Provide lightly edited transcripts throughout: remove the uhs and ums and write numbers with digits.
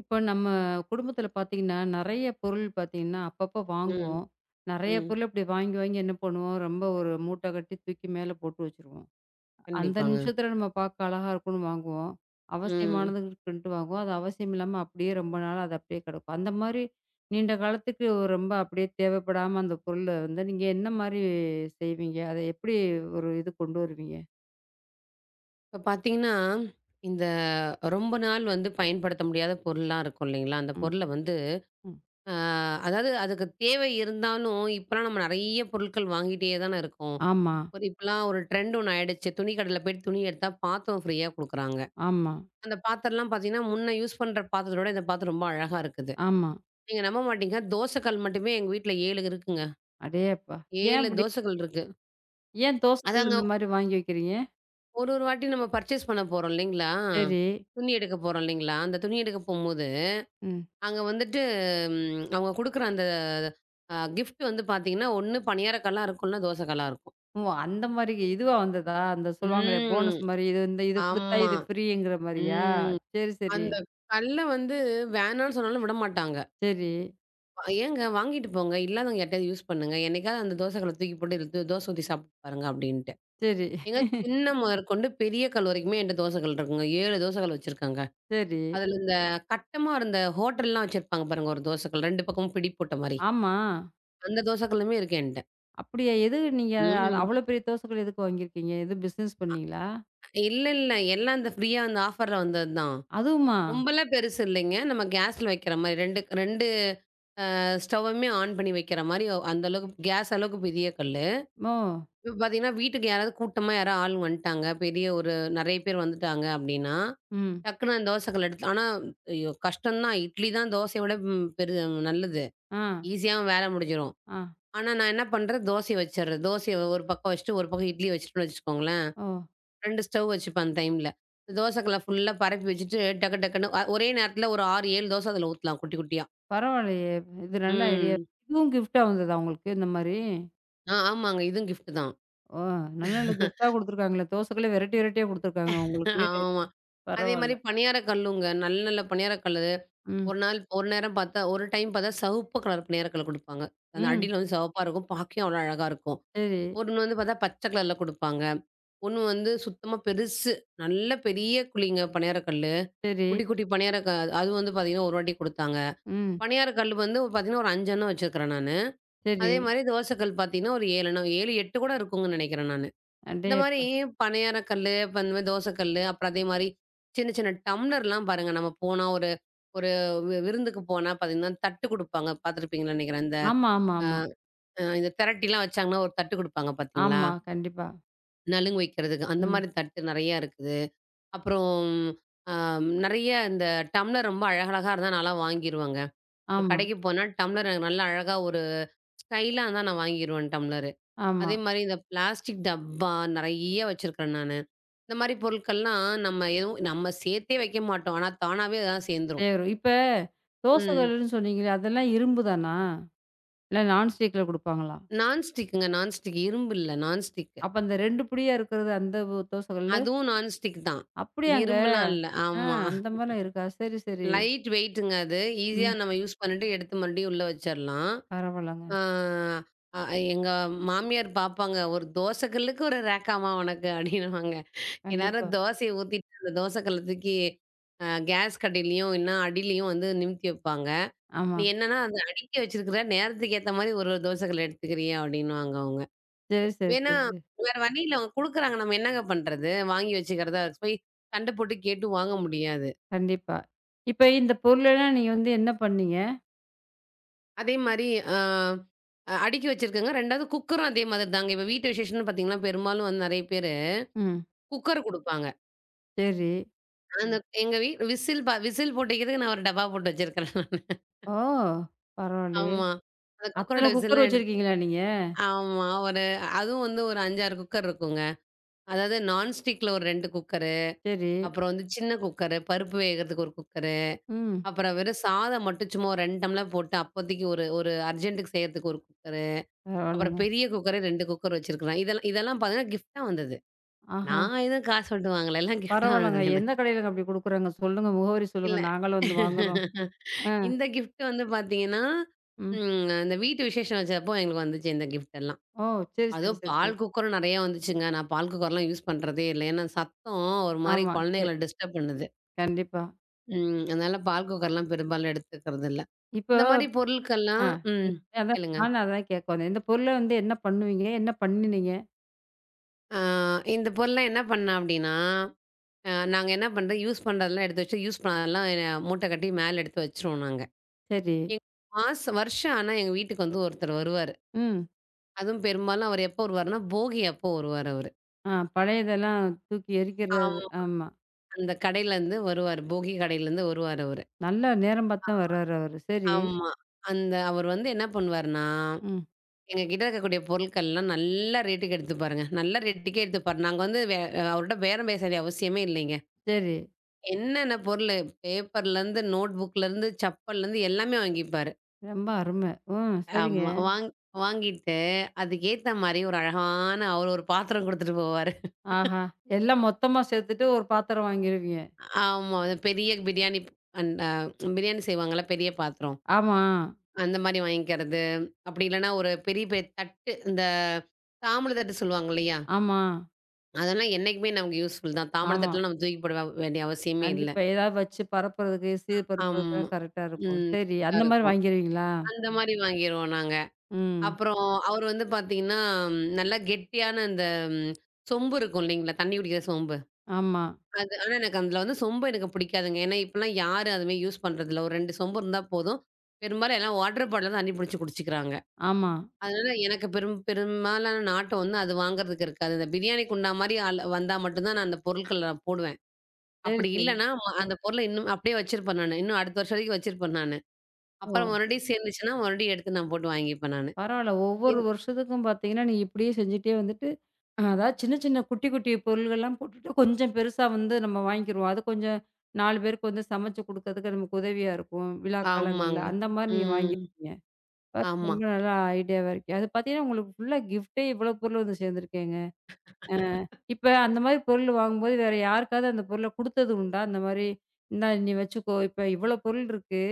இப்போ நம்ம குடும்பத்துல பார்த்தீங்கன்னா, நெறைய பொருள் பார்த்தீங்கன்னா, அப்பப்போ ம், வாங்குவோம். நெறைய ம். பொருள் இப்படி வாங்கி, வாங்கி என்ன பண்ணுவோம், ரொம்ப ஒரு மூட்டை கட்டி தூக்கி மேல போட்டு வச்சுருவோம். அந்த கண்டிப்பாங்க. நிமிஷத்துல நம்ம பார்க்க அழகா இருக்குன்னு வாங்குவோம். ம். அவசியமானதுக்குன்ட்டு வாங்குவோம். அது அவசியம் இல்லாம அப்படியே ரொம்ப நாள் அது அப்படியே கிடக்கும். அந்த மாரி நீண்ட காலத்துக்கு ஒரு ரொம்ப அப்படியே தேவைப்படாம அந்த பொருள வந்து நீங்க என்ன மாரி செய்வீங்க? அத எப்படி ஒரு இது கொண்டு வருவீங்க? இப்ப பார்த்தீங்கன்னா, இந்த ரொம்ப நாள் வந்து பயன்படுத்த முடியாத பொருள்லாம் இருக்கும் இல்லைங்களா? அந்த ம், பொருள வந்து ம். அ அதாவது அதுக்கு தேவை இருந்தாலும், இப்பலாம் நம்ம நெறைய பொருட்கள் வாங்கிட்டே தானே இருக்கோம். ஆமா, ஒரு இப்பலாம் ஒரு ட்ரெண்ட் ஒண்ணு ஆயிடுச்சு. துணி கடையில போயிட்டு துணி எடுத்தா பாத்திரம் ஃப்ரீயா குடுக்குறாங்க. ஆமா, அந்த பாத்திரம்லாம் பார்த்தீங்கன்னா, முன்ன யூஸ் பண்ற பாத்திரத்த விட இந்த பாத்திரம் ரொம்ப அழகா இருக்குது. ஆமா. நீங்க நம்ப மாட்டீங்க, தோசை கல் மட்டுமே எங்க வீட்ல 7 இருக்குங்க. அடேயப்பா! ஏன் 7 அப்படி? தோசை கல் இருக்கு. ஏன் தோசைகள் அதாங்க இந்த மாரி வாங்கி வைக்கிறீங்க? ஒரு ஒரு வாட்டி நம்ம பர்ச்சேஸ் பண்ண போறோம் இல்லைங்களா? சரி. துணி எடுக்க போறோம் இல்லைங்களா? அந்த துணி எடுக்க போம்போது, ம். அங்க வந்துட்டு அவங்க குடுக்குற அந்த கிஃப்ட் வந்து பார்த்தீங்கன்னா, ஒண்ணு பணியார கல்லா இருக்கும், இல்ல தோசை கல்லா இருக்கும். ஓ! அந்த மாரி இதுவா வந்ததா? அந்த சொல்லுவாங்களே ம். போனஸ் மாரி இது இந்த இது குடுத்தா ஆமா. இது ஃப்ரீங்கிற மாரியா? ம். சரி, சரி, அந்த கல்ல வந்து வேணான்னு சொன்னாலும் விடமாட்டாங்க. சரி, "ஏங்க வாங்கிட்டு போங்க. இல்லாதவங்க யார்ட்டயாவது யூஸ் பண்ணுங்க. என்னைக்காவது அந்த தோசை கல்ல தூக்கி போட்டு இதுல தோசை ஊத்தி சாப்பிட்டு பாருங்க" அப்படின்ட்டு. சரி, ஏங்க சின்ன முதற்கொண்டு பெரிய கல் வரைக்குமே என்ட்ட தோசை கல் இருக்குங்க. 7 தோசை கல் வச்சிருக்கேங்க. சரி. அதுல இந்த கட்டமா இருந்த ஹோட்டல்லாம் வச்சிருப்பாங்க பாருங்க ஒரு தோசைக்கல் 2 பக்கமும் பிடி போட்ட மாரி. ஆமா. அந்த தோசைக்கல்லுமே இருக்கு என்ட்ட. அப்படியா? எது நீங்க அது ம். அவ்வளோ பெரிய தோசைகள் எதுக்கு வாங்கியிருக்கீங்க? எதுவும் பிசினஸ் பண்ணீங்களா? இல்ல, இல்ல. எல்லாம் அந்த ஃப்ரீயா அந்த ஆஃபர்ல வந்ததுதான். அதுவுமா? ரொம்பலாம் பெருசு இல்லைங்க. நம்ம கேஸ்ல வைக்கிற மாரி 2 2 ஸ்டவ்வுமே ஆன் பண்ணி வைக்கிற மாரி அந்த அளவுக்கு கேஸ் அளவுக்கு பெரிய கல்லு. ஓ! இப்ப பார்த்தீங்கன்னா, வீட்டுக்கு யாராவது கூட்டமா யாரோ ஆள் வந்துட்டாங்க. பெரிய ஒரு நெறைய பேர் வந்துட்டாங்க அப்படின்னா, ம். டக்குனு அந்த தோசைக்கல்ல எடுத்து ஆனா ஐயோ! கஷ்டம் தான். இட்லி தான் தோசைய விட ம் பெரு நல்லது. ஆ, ஈஸியாவும் வேல முடிஞ்சிரும். ஆ. ஆனா, நான் என்ன பண்றேன், தோசைய வச்சுர்றது. தோசைய ஒரு பக்கம் வச்சுட்டு, ஒரு பக்கம் இட்லி வச்சுட்டோம்னு வச்சுக்கோங்களேன். ஓ! 2 ஸ்டவ் வச்சுப்பேன் அந்த டைம்ல. தோசை கல்ல ஃபுல்லா பரப்பி வச்சுட்டு, டக்கு டக்குன்னு ஒரே நேரத்துல ஒரு 6, 7 தோசை அதுல ஊத்தலாம் குட்டி குட்டியா. பரவாயில்லையே! இது நல்ல ஐடியா. ம். இதுவும் கிஃப்ட்டா வந்ததா உங்களுக்கு இந்த மாரி? ஆமாங்க. இதுவும் கிஃப்ட் தான். ஓ! நல்ல நல்ல கிஃப்ட்டா குடுத்துருக்காங்களே! தோசைகளே வெரைட்டி வெரைட்டியா குடுத்துருக்காங்க உங்களுக்கு. ஆமா. அதே பரவால்ல. மாரி பணியார கல்லுங்க. நல்ல நல்ல பணியார கல்லு. ம். ஒரு நாள் ஒரு நேரம் பார்த்தா ஒரு டைம் பார்த்தா சிவப்பு கலர் பணியார கல்லு குடுப்பாங்க. அந்த ம். அடியில வந்து சிவப்பா இருக்கும். பார்க்கவே அவ்வளோ அழகா இருக்கும். சரி, ஒண்ணு வந்து பார்த்தா பச்சை கலர்ல குடுப்பாங்க. ஒண்ணு வந்து சுத்தமா பெருசு. நல்ல பெரிய குழிங்க பணியார கல்லு. சரி. குட்டி, குட்டி பணியார க அது வந்து பார்த்தீங்கன்னா, 1 வாட்டி குடுத்தாங்க. ம். பணியார கல் வந்து பார்த்தீங்கன்னா, ஒரு 5 எண்ணம் வச்சிருக்கிறேன் நானு. சரி. அதே மாரி தோசை கல் பார்த்தீங்கன்னா, ஒரு 7 எண்ணம் 7, 8 கூட இருக்கும்ன்னு நெனைக்கிறேன் நானு. இந்த மாரி அடேயப்பா! பணியார கல்லு, அப்ப இந்த மாரி தோசை கல்லு, அப்புறம் அதே மாரி சின்ன, சின்ன டம்ளர்லாம் பாருங்க, நம்ம போனா ஒரு ஒரு விருந்துக்கு போனா பார்த்தீங்கன்னா, தட்டு குடுப்பாங்க. பார்த்துருப்பீங்கன்னு நெனைக்கிறேன். இந்த ஆமா, ஆமா, ஆமா. இந்த திரட்டிலாம் வச்சாங்கன்னா, ஒரு தட்டு குடுப்பாங்க பார்த்தீங்களா? ஆமா. கண்டிப்பா. நலுங்கு வைக்கிறதுக்கு. அந்த ம். மாரி தட்டு நெறையா இருக்குது. அப்புறம் அ நெறைய இந்த டம்ளர் ரொம்ப அழகழகா இருந்தா நான்லாம் வாங்கிருவேங்க. ஒரு ஆமா, கடைக்கு போனா டம்ளர் எனக்கு நல்லா அழகா ஒரு ஸ்டைலா இருந்தா நான் வாங்கிருவேன் டம்ளரு. ஆமா. அதே மாரி இந்த பிளாஸ்டிக் டப்பா நெறைய வச்சிருக்கிறேன் நானு. இந்த மாரி பொருட்கள்லாம் நம்ம எதுவும் நம்ம சேர்த்தே வைக்க மாட்டோம். ஆனா தானாவே அதெல்லாம் சேர்ந்துரும். சேரும். இப்ப தோசை ம். கல்லுன்னு சொன்னீங்களே, அதெல்லாம் இரும்பு தானா? இல்ல நான்ஸ்டிக்ல குடுப்பாங்களா? நான்ஸ்டிக்குங்க நான்ஸ்டிக் இரும்பு இல்ல நான்ஸ்டிக். அப்ப அந்த 2 பிடியா இருக்கிறது அந்த ஒ தோசை கல்லு? அதுவும் நான்ஸ்டிக் தான். அப்படியாங்க? இரும்பெல்லாம் இல்ல. ஆ ஆமா. அந்த மாரிலாம் இருக்கா? சரி, சரி. லைட் வெயிட்டுங்க அது. ஈஸியா ம். நம்ம யூஸ் பண்ணிட்டு எடுத்து மறுபடியும் உள்ள வச்சிரலாம். பரவால்லங்க. ஆ அ எங்க மாமியார் பார்ப்பாங்க. "ஒரு தோசை கல்லுக்கு ஒரு ரேக்காம்மா உனக்கு" அப்படின்னுவாங்க. கண்டிப்பா. எல்லாரும் தோசைய ஊத்திட்டு, அந்த தோசை கல்ல தூக்கி கேஸ் கடையிலயும், இல்லன்னா அடியிலயும் வந்து நிமித்தி வைப்பாங்க. ஆமா. நீ என்னன்னா, "அந்த அடுக்கி வச்சிருக்கிற, நேரத்துக்கு ஏத்த மாரி ஒரு ஒரு தோசை கல்ல எடுத்துக்கிறியா?" அப்படின்னுவாங்க அவங்க. சரி, சரி, ஏன்னா, சரி, சரி. வேற வழி இல்ல. அவங்க குடுக்குறாங்க. நம்ம என்னங்க பண்றது? வாங்கி வச்சுக்கிறதா இருக்கு. போய் சண்டை போட்டு கேட்டு வாங்க முடியாது. கண்டிப்பா. இப்ப இந்த பொருளெல்லாம் நீங்க வந்து என்ன பண்ணீங்க? அதே மாரி அ அ அடுக்கி வச்சிருக்கங்க. 2வது குக்கரும் அதே மாதிரி தாங்க. இப்ப வீட்டு விசேஷம்னு பார்த்தீங்கன்னா, பெரும்பாலும் வந்து நெறைய பேரு ம். குக்கர் குடுப்பாங்க. சரி. அந்த எங்க விசில் விசில் போட்டு வைக்கிறதுக்கு நான் ஒரு டப்பா போட்டு வச்சிருக்கிறேன். ஓ! பரவாயில்லயே! ஆமா. அந்த குக்கரோட அத்தன குக்கர் விசில்லாம் எடுத்து வச்சிருக்கீங்களா நீங்க? ஆமா. ஒரு அதுவும் வந்து ஒரு 5, 6 குக்கர் இருக்குங்க. அதாவது நான்ஸ்டிக்ல ஒரு 2 குக்கரு, சரி. அப்புறம் வந்து சின்ன குக்கரு, பருப்பு வேகறதுக்கு ஒரு குக்கரு, ம். அப்புறம் வெறும் சாதம் மட்டும் சும்மா ஒரு 2 டம்ளர் போட்டு அப்போதைக்கு ஒரு ஒரு அர்ஜென்ட்டுக்கு செய்யறதுக்கு ஒரு குக்கரு, அப்புறம் பரவாயில்லங்க. பெரிய குக்கரே 2 குக்கர் வச்சிருக்கிறேன். இதெல்லாம் இதெல்லாம் பார்த்தீங்கன்னா கிஃப்ட்டா வந்தது. ஆஹா! நான் எதுவும் காசு போட்டு வாங்கல. எல்லாம் கிஃப்ட்டா பரவாயில்லங்க. வந்தது எனக்கு. எந்த கடையிலங்க அப்படி குடுக்குறாங்க? சொல்லுங்க. முகவரி சொல்லுங்க. இல்ல. நாங்களும் வந்து வாங்குறோம். ஆ. இந்த கிஃப்ட் வந்து பார்த்தீங்கன்னா, ம். இந்த வீட்டு விசேஷம் வச்சப்போ எங்களுக்கு வந்துச்சு இந்த கிஃப்ட் எல்லாம். ஓ! சரி, சரி, அதுவும் சரி, சரி. பால் குக்கரும் நெறைய வந்துச்சுங்க. நான் பால் குக்கர்லாம் யூஸ் பண்றதே இல்ல. ஏன்னா சத்தம் ஒரு மாரி ஆமா. குழந்தைங்கள டிஸ்டர்ப் பண்ணுது. கண்டிப்பா. ம். அதனால பால் குக்கர்லாம் பெரும்பாலும் எடுத்துக்கிறது இல்ல. இப்போ இந்த மாரி ஆ பொருட்கள்லாம் ம். அதான் கேளுங்க. நானும் அதான் கேட்க வந்தேன். இந்த பொருள வந்து என்ன பண்ணுவீங்க? என்ன பண்ணினீங்க? ஆ இந்த பொருள்லாம் என்ன பண்ணேன் அப்டின்னா, நாங்க என்ன பண்றோம், யூஸ் பண்றதெல்லாம் எடுத்து வச்சு, யூஸ் பண்ணாதெல்லாம் எ மூட்ட கட்டி மேல எடுத்து வச்சுருவோம் நாங்க. சரி. எங் மாசம் வருஷம் ஆனா எங்க வீட்டுக்கு வந்து ஒருத்தர் வருவாரு. ம். அதுவும் பெரும்பாலும் அவர் எப்போ வருவாருன்னா, போகி அப்போ வருவாரு அவரு. ஆ பழையதெல்லாம் தூக்கி எரிக்கிறது. ஆமா. ஆமா. அந்த கடையிலருந்து வருவாரு. போகி கடையிலருந்து வருவாரு அவரு. நல்ல நேரம் பார்த்து தான் வர்றாரு அவரு. சரி. ஆமா. அந்த அவர் வந்து என்ன பண்ணுவாருன்னா, ம். எங்க கிட்ட இருக்கக்கூடிய பொருட்கள்லாம் நல்ல ரேட்டுக்கு எடுத்துப்பாருங்க. நல்ல ரேட்டுக்கே எடுத்துப்பாரு. நாங்க வந்து வே அவர்ட்ட பேரம் பேச வேண்டிய அவசியமே இல்லைங்க. சரி. என்னென்ன பொருளு பேப்பர்லேருந்து, நோட் புக்லேருந்து, செப்பல்லேருந்து எல்லாமே வாங்கிப்பாரு. ரொம்ப அருமை. ம். சரிங்க. ஆமா. வாங்கிட்டு அதுக்கேத்த மாரி ஒரு அழகான அவரு ஒரு பாத்திரம் குடுத்துட்டு போவாரு. ஆஹா! எல்லாம் மொத்தமா சேர்த்துட்டு ஒரு பாத்திரம் வாங்கிருவீங்க. ஆமா. அது பெரிய பிரியாணி அந்த பிரியாணி செய்வாங்கல்ல பெரிய பாத்திரம். ஆமா, அந்த மாரி வாங்கிக்கிறது. அப்படி இல்லைன்னா ஒரு பெரிய பெரிய தட்டு இந்த தாம்பூல தட்டு சொல்லுவாங்க இல்லையா? ஆமா, அதெல்லாம் என்னைக்குமே நமக்கு யூஸ்ஃபுல் தான். தாம்பல ஆமா. தட்டலாம் நம்ம தூக்கி போட வேண்டிய அவசியமே இல்ல. கண்டிப்பா. ஏதாவது வச்சு பரப்புறதுக்கு, சீர் ஆமா. பரப்புறதுக்குலாம் கரெக்ட்டா இருக்கும். ம். சரி, கரெக்ட்டா அந்த மாரி இருக்கும். வாங்கிருவீங்களா? அந்த மாரி வாங்கிருவோம் நாங்க. ம். அப்புறம் அவரு வந்து பார்த்தீங்கன்னா, நல்லா கெட்டியான இந்த ம், சொம்பு இருக்கும் இல்லைங்களா? தண்ணி குடிக்கிற சொம்பு. ஆமா, அது ஆனா எனக்கு அதில வந்து சொம்பு எனக்கு பிடிக்காதுங்க. ஏன்னா, இப்பலாம் யாரும் அதுமாரி யூஸ் பண்றதில்ல. ஒரு 2 சொம்பு இருந்தா போதும். பெரும்பாலும் எல்லாம் வாட்டர் பாட்டில்ல தான் தண்ணி புடிச்சு குடிச்சுக்கிறாங்க. ஆமா. அதனால எனக்கு பெரும்பாலான நாட்டம் வந்து அது வாங்குறதுக்கு இருக்காது. இந்த பிரியாணி குண்டா மாரி ஆள் வந்தா மட்டும் தான் நான் அந்த பொருட்கள நான் போடுவேன். சரி, அப்படி சரி. இல்லன்னா, அந்த பொருள இன்னும் அப்படியே வச்சிருப்பேன் நானு. இன்னும் அடுத்த வருஷம் வரைக்கும் வச்சிருப்பேன் நானு. ஓ! அப்புறம் மறுபடியும் சேர்ந்துச்சுன்னா, மறுபடியும் எடுத்து நான் போட்டு வாங்கிப்பேன் நானு. பரவால்ல. ஒவ்வொரு இன் வருஷத்துக்கும் பார்த்தீங்கன்னா, நீங்க இப்படியே செஞ்சுட்டே வந்துட்டு, அதாவது சின்ன சின்ன குட்டி குட்டி பொருள்கள்லாம் போட்டுட்டு, கொஞ்சம் பெருசா வந்து நம்ம வாங்கிக்கிருவோம். அது கொஞ்சம் 4 பேருக்கு வந்து சமைச்சு குடுக்கறதுக்கு நமக்கு உதவியா இருக்கும். விழா காலங்கள்ல. ஆமாங்க. அந்த மாரி நீங்க ம். வாங்கியிருக்கீங்க. ஆ, ஆமா. ரொம்ப நல்ல ஐடியாவா இருக்கே. அது பார்த்தீங்கன்னா, உங்களுக்கு ஃபுல்லா கிஃப்ட்டே இவ்ளோ பொருள் வந்து சேர்ந்துருக்கேங்க. ஆ இப்ப அந்த மாரி பொருள் வாங்கும்போது, வேற யாருக்காவது அந்த பொருள குடுத்தது உண்டா? அந்த மாரி, "இந்தா நீ வச்சுக்கோ. இப்ப இவ்ளோ பொருள் இருக்கு.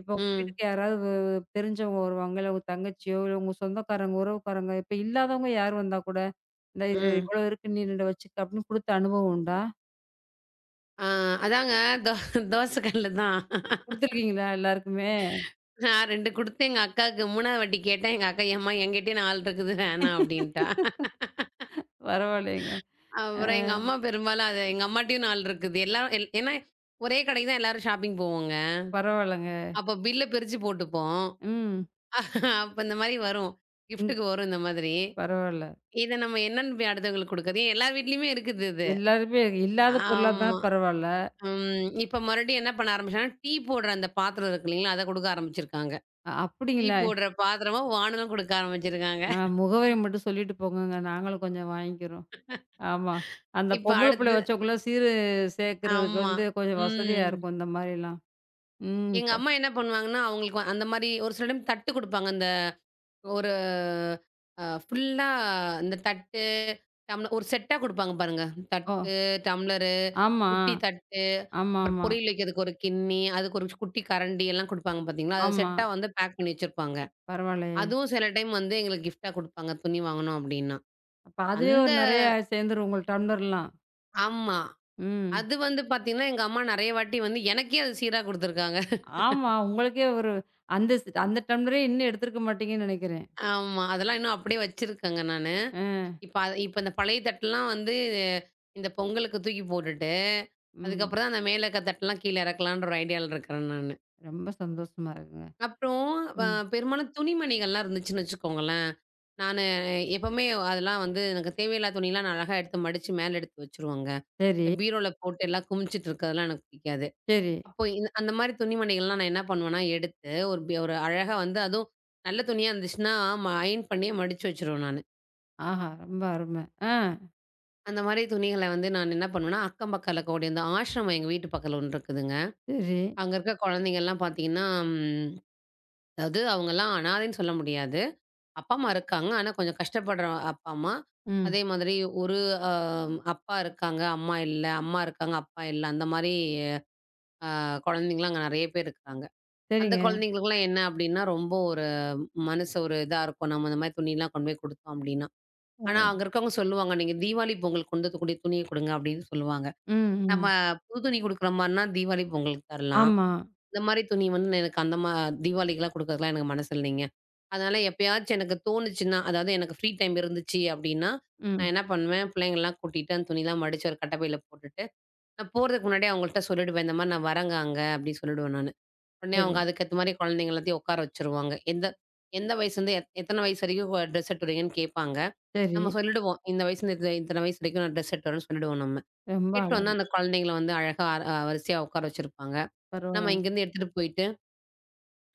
இப்ப உங்க ம். வீட்டுக்கு யாராவது தெரிஞ்சவங்க வருவாங்க. இல்ல உங்க தங்கச்சியோ, இல்ல உங்க சொந்தக்காரங்க, உறவுக்காரங்க, இப்ப இல்லாதவங்க யார் வந்தா கூட, "இந்தா இது ம். இவ்ளோ இருக்கு. நீ இத வச்சுக்க." அப்படின்னு குடுத்த அனுபவம் உண்டா? ஆ அதாங்க தோ தோசை கல்லு தான். குடுத்துருக்கீங்களா எல்லாருக்குமே? நான் 2 குடுத்து எங்க அக்காவுக்கு 3வது வாட்டி கேட்டேன். எங்க அக்கா, "ஏம்மா என்கிட்டயே 4 இருக்குது வேணாம்" அப்படின்ட்டா. பரவாயில்லைங்க. ஆ அப்புறம் எங்க அம்மா பெரும்பாலும் அது எங்க அம்மாட்டயும் 4 இருக்குது. எல்லாரும் ஏன்னா ஒரே கடைக்கு தான் எல்லாரும் ஷாப்பிங் போவோங்க. பரவாயில்லங்க. அப்போ பில்ல பிரிச்சு போட்டுப்போம். ம். அப்ப இந்த மாரி வரும். ம். கிஃப்ட்டுக்கு வரும் இந்த மாதிரி. பரவால்ல. இத நம்ம என்னன்னு போய் அடுத்தவங்களுக்கு குடுக்குறது? எல்லார் வீட்லயுமே இருக்குது இது. எல்லாருமே இல்லாத பொருளா இருந்தா ஆமா. பரவால்ல. ம். இப்ப மறுபடியும் என்ன பண்ண ஆரம்பிச்சாங்கன்னா, டீ போடுற அந்த பாத்திரம் இருக்கு இல்லீங்களா? அத குடுக்க ஆரம்பிச்சிருக்காங்க. டீ அப்படிங்களா? போடுற பாத்திரமும், வாணலும் குடுக்க ஆரம்பிச்சிருக்காங்க. முகவரி மட்டும் சொல்லிட்டு போங்கங்க. நாங்களும் கொஞ்சம் வாங்கிக்கிறோம். ஆமா. அந்த இப்ப பொம்பள புள்ளைய அடுத்து வச்சவங்கலாம் சேர்க்கறதுக்கு ஆமா. வந்து கொஞ்சம் வசதியா ம். இருக்கும் இந்த மாரிலாம். ம். எங்க அம்மா என்ன பண்ணுவாங்கன்னா, அவங்களுக்கு அந்த மாரி ஒரு சில டைம் தட்டு குடுப்பாங்க. அந்த ஒரு ஃபுல்லா இந்த தட்டு, டம்ளர் ஒரு செட்டா குடுப்பாங்க பாருங்க. ஓ! தட்டு, டம்ளரு, ஆமா. குட்டி தட்டு, அப்புறம் ஆமாமா. பொரியல் வைக்கிறதுக்கு ஒரு கிண்ணி, அதுக்கு ஒரு குட்டி கரண்டி எல்லாம் குடுப்பாங்க பார்த்தீங்களா? அது ஆமா. செட்டா வந்து பேக் பண்ணி வச்சிருப்பாங்க. பரவாயில்லையே! அதுவும் சில டைம் வந்து எங்களுக்கு கிஃப்ட்டா குடுப்பாங்க, துணி வாங்கணும் அப்டின்னா. அப்ப அதுவே அந்த ஒரு நெறையா சேர்ந்துரும் உங்கள் டம்ளர்லாம். ஆமா. ம். அது வந்து பார்த்தீங்கன்னா, எங்க அம்மா நெறைய வாட்டி வந்து எனக்கே அது சீரா குடுத்துருக்காங்க. ஆமா. உங்களுக்கே ஒரு அந்த டம்ளரே இன்னும் எடுத்திருக்க மாட்டீங்கன்னு நெனைக்கிறேன். ஆமா. அதெல்லாம் இன்னும் அப்படியே வச்சிருக்கேங்க நானு. அ. இப்ப இந்த பழைய தட்டெல்லாம் வந்து, இந்த பொங்கலுக்கு தூக்கி போட்டுட்டு, ம். அதுக்கப்புறம் தான் அந்த மேல இருக்க தட்டெல்லாம் கீழ இறக்கலான்ற ஒரு ஐடியால இருக்கிறேன் நானு. ரொம்ப சந்தோஷமா இருக்குங்க. அப்புறம் அ ம். பெரும்பாலும் துணிமணிகள்லாம் இருந்துச்சுன்னு வச்சுக்கோங்களேன், நானு எப்பவுமே அதெல்லாம் வந்து எனக்கு தேவையில்லாத துணிலாம் நான் அழகா எடுத்து மடிச்சு மேல எடுத்து வச்சுருவேங்க. சரி, இந்த பீரோல போட்டு எல்லாம் குமிச்சிட்டு இருக்கிறதெல்லாம் எனக்கு பிடிக்காது. சரி. அப்போ இந்த அந்த மாரி துணிமணிகள்லாம் நான் என்ன பண்ணுவேன்னா, எடுத்து ஒரு அழகா வந்து அதுவும் நல்ல துணியா இருந்துச்சுன்னா, அயர்ன் பண்ணியே மடிச்சு வச்சுருவேன் நானு. ஆஹா! ரொம்ப அருமை. ஆ. அந்த மாரி துணிகள வந்து நான் என்ன பண்ணுவேன்னா, அக்கம் பக்கத்தில இருக்கக்கூடிய இந்த ஆஷ்ரமம் எங்க வீட்டு பக்கத்தில ஒண்ணு இருக்குதுங்க. சரி. அங்க இருக்க குழந்தைங்கள்லாம் பார்த்தீங்கன்னா, ம் அதாவது அவங்கலாம் அனாதைன்னு சொல்ல முடியாது. அப்பா, அம்மா இருக்காங்க. ஆனா கொஞ்சம் கஷ்டப்படுற அப்பா, அம்மா. ம். அதே மாதிரி ஒரு அ அப்பா இருக்காங்க, அம்மா இல்ல. அம்மா இருக்காங்க, அப்பா இல்ல. அந்த மாரி அ குழந்தைங்கலாம் அங்க நெறைய பேர் இருக்காங்க. அந்த சரிங்க. குழந்தைங்களுக்குலாம் என்ன அப்டின்னா, ரொம்ப ஒரு மனசு ஒரு இதா இருக்கும். நம்ம இந்த மாரி துணிலாம் கொண்டு போய் குடுத்தோம் அப்டின்னா. ஆனா ஓ! அங்க இருக்கவங்க சொல்லுவாங்க, "நீங்க தீபாவளி, பொங்கலுக்கு கொண்டு வந்து கூடிய துணிய குடுங்க" அப்டின்னு சொல்லுவாங்க. ம், நம்ம ம். புது துணி குடுக்குற மாரின்னா, தீபாவளி, பொங்கலுக்கு தரலாம். ஆமா. இந்த மாரி துணி வந்து எனக்கு அந்த மா தீபாவளிக்குலாம் குடுக்கறதுக்குலாம் எனக்கு மனசு இல்லைங்க. அதனால எப்பயாச்சும் எனக்கு தோணுச்சுன்னா, அதாவது எனக்கு ஃப்ரீ டைம் இருந்துச்சு அப்டின்னா, ம். நான் என்ன பண்ணுவேன், பிள்ளைங்கலாம் கூட்டிட்டு, அந்த துணிலாம் மடிச்சு ஒரு கட்டப்பையில போட்டுட்டு, நான் போறதுக்கு முன்னாடியே அவங்கள்ட்ட சொல்லிடுவேன். இந்த மாரி நான் வரேங்க அங்க அப்டின்னு சொல்லிடுவேன் நானு. உடனே சரி. அவங்க அதுக்கேத்த மாரி குழந்தைங்க எல்லாத்தையும் உட்கார வச்சுருவாங்க. எந்த எந்த வயசுலருந்து எத்தன வயசு வரைக்கும் ட்ரெஸ் எடுத்து வரீங்கன்னு கேட்பாங்க. சரி. நம்ம சொல்லிடுவோம். இந்த வயசுலருந்து இத்தன வயசு வரைக்கும் நான் ட்ரெஸ் எடுத்து வரேன்னு சொல்லிடுவோம் நம்ம. ரொம்ப எட்டு வந்து அழகு. அந்த குழந்தைங்கள வந்து அழகா வரிசையா உட்கார வச்சிருப்பாங்க. நம்ம பரவால்லங்க. இங்கேருந்து எடுத்துட்டு போயிட்டு,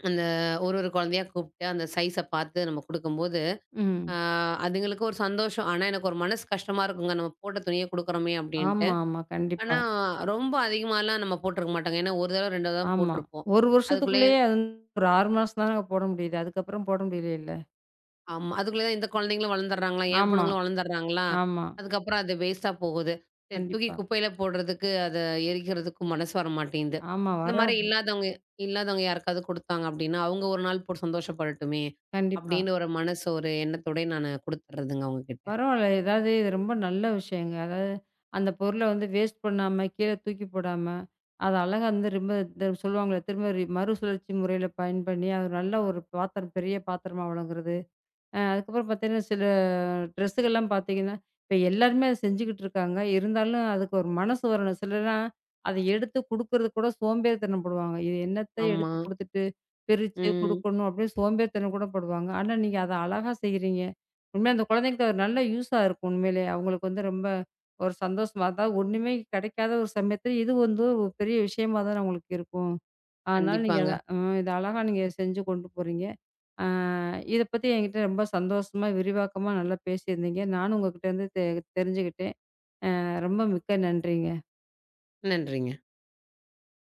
அந்த ஒரு ஒரு குழந்தையா கூப்பிட்டு, அந்த சைஸ பார்த்து நம்ம குடுக்கும்போது, ம். ஆ அதுங்களுக்கு ஒரு சந்தோஷம். ஆனா எனக்கு ஒரு மனசு கஷ்டமா இருக்குங்க. நம்ம போட்ட துணிய குடுக்குறோமே அப்படின்ட்டு. ஆமா, ஆமா. கண்டிப்பா. ஆனா ரொம்ப அதிகமாலாம் நம்ம போட்டுருக்க மாட்டோங்க. ஏன்னா, ஒரு தடவ, 2 தடவ தான் ஆமா. போட்டுருப்போம். 1 அதுக்குள்ளயே வருஷத்துக்குள்ளேயே அது ஒரு 6 மாசம் தானங்க போட முடியுது. அதுக்கப்புறம் போட முடியலையேல்ல. ஆமா. அதுக்குள்ள தான் இந்த குழந்தைங்களும் வளர்ந்துடுறாங்களா? என் ஆமா, பொண்ணுங்களும் வளர்ந்துடுறாங்களா? ஆமா. அதுக்கப்புறம் அது வேஸ்ட்டா போகுது. சரி தூக்கி கண்டிப்பா. குப்பையில போடுறதுக்கு, அத எரிக்கிறதுக்கு மனசு வர மாட்டேங்குது. ஆமா இந்த மாரி வராது. இல்லாதவங்க இல்லாதவங்க யாருக்காவது குடுத்தாங்க அப்டின்னா, அவங்க ஒரு நாள் போட்டு சந்தோஷப்படட்டுமே! கண்டிப்பா. அப்படின்னு ஒரு மனசு ஒரு எண்ணத்தோடயே நானு குடுத்துடுறதுங்க அவங்க கிட்ட. பரவால்ல. ஏதாவது இது ரொம்ப நல்ல விஷயங்க. அதாவது அந்த பொருள வந்து வேஸ்ட் பண்ணாம, கீழ தூக்கி போடாம, அது அழகா வந்து ரொம்ப இந்த சொல்லுவாங்கள்ல திரும்ப ரி மறுசுழற்சி முறையில பயன் பண்ணி, அது நல்ல ஒரு பாத்திரம் பெரிய பாத்திரமா வழங்குறது. அ அதுக்கப்புறம் பார்த்தீங்கன்னா, சில ட்ரெஸ்ஸுகள்லாம் பார்த்தீங்கன்னா, இப்ப எல்லாருமே அத செஞ்சுகிட்டு இருக்காங்க. இருந்தாலும் அதுக்கு ஒரு மனசு வரணும். சிலர்லாம் அத எடுத்து குடுக்கறதுக்கு கூட சோம்பேறித்தனம் படுவாங்க. இது என்னத்த ஆமா. எடுத்து குடுத்துட்டு, பிரிச்சு ம். குடுக்கணும் அப்படின்னு சோம்பேறித்தனம் கூட படுவாங்க. ஆனா, நீங்க அத அழகா செய்றீங்க. உண்மையா அந்த குழந்தைங்களுக்கு அது நல்ல யூஸா இருக்கும் உண்மையிலே. அவங்களுக்கு வந்து ரொம்ப ஒரு சந்தோஷமா அதாவது ஒண்ணுமே கிடைக்காத ஒரு சமயத்துல இது வந்து ஒரு பெரிய விஷயமா தான அவங்களுக்கு இருக்கும். அதனால நீங்க கண்டிப்பாங்க. அத அ இத அழகா நீங்க செஞ்சு கொண்டு போறீங்க. ஆ இத பத்தி என்கிட்ட ரொம்ப சந்தோஷமா, விரிவாக்கமா நல்லா பேசியிருந்தீங்க. நானும் உங்ககிட்ட இருந்து தெரிஞ்சுக்கிட்டேன். ரொம்ப மிக்க நன்றிங்க. நன்றிங்க.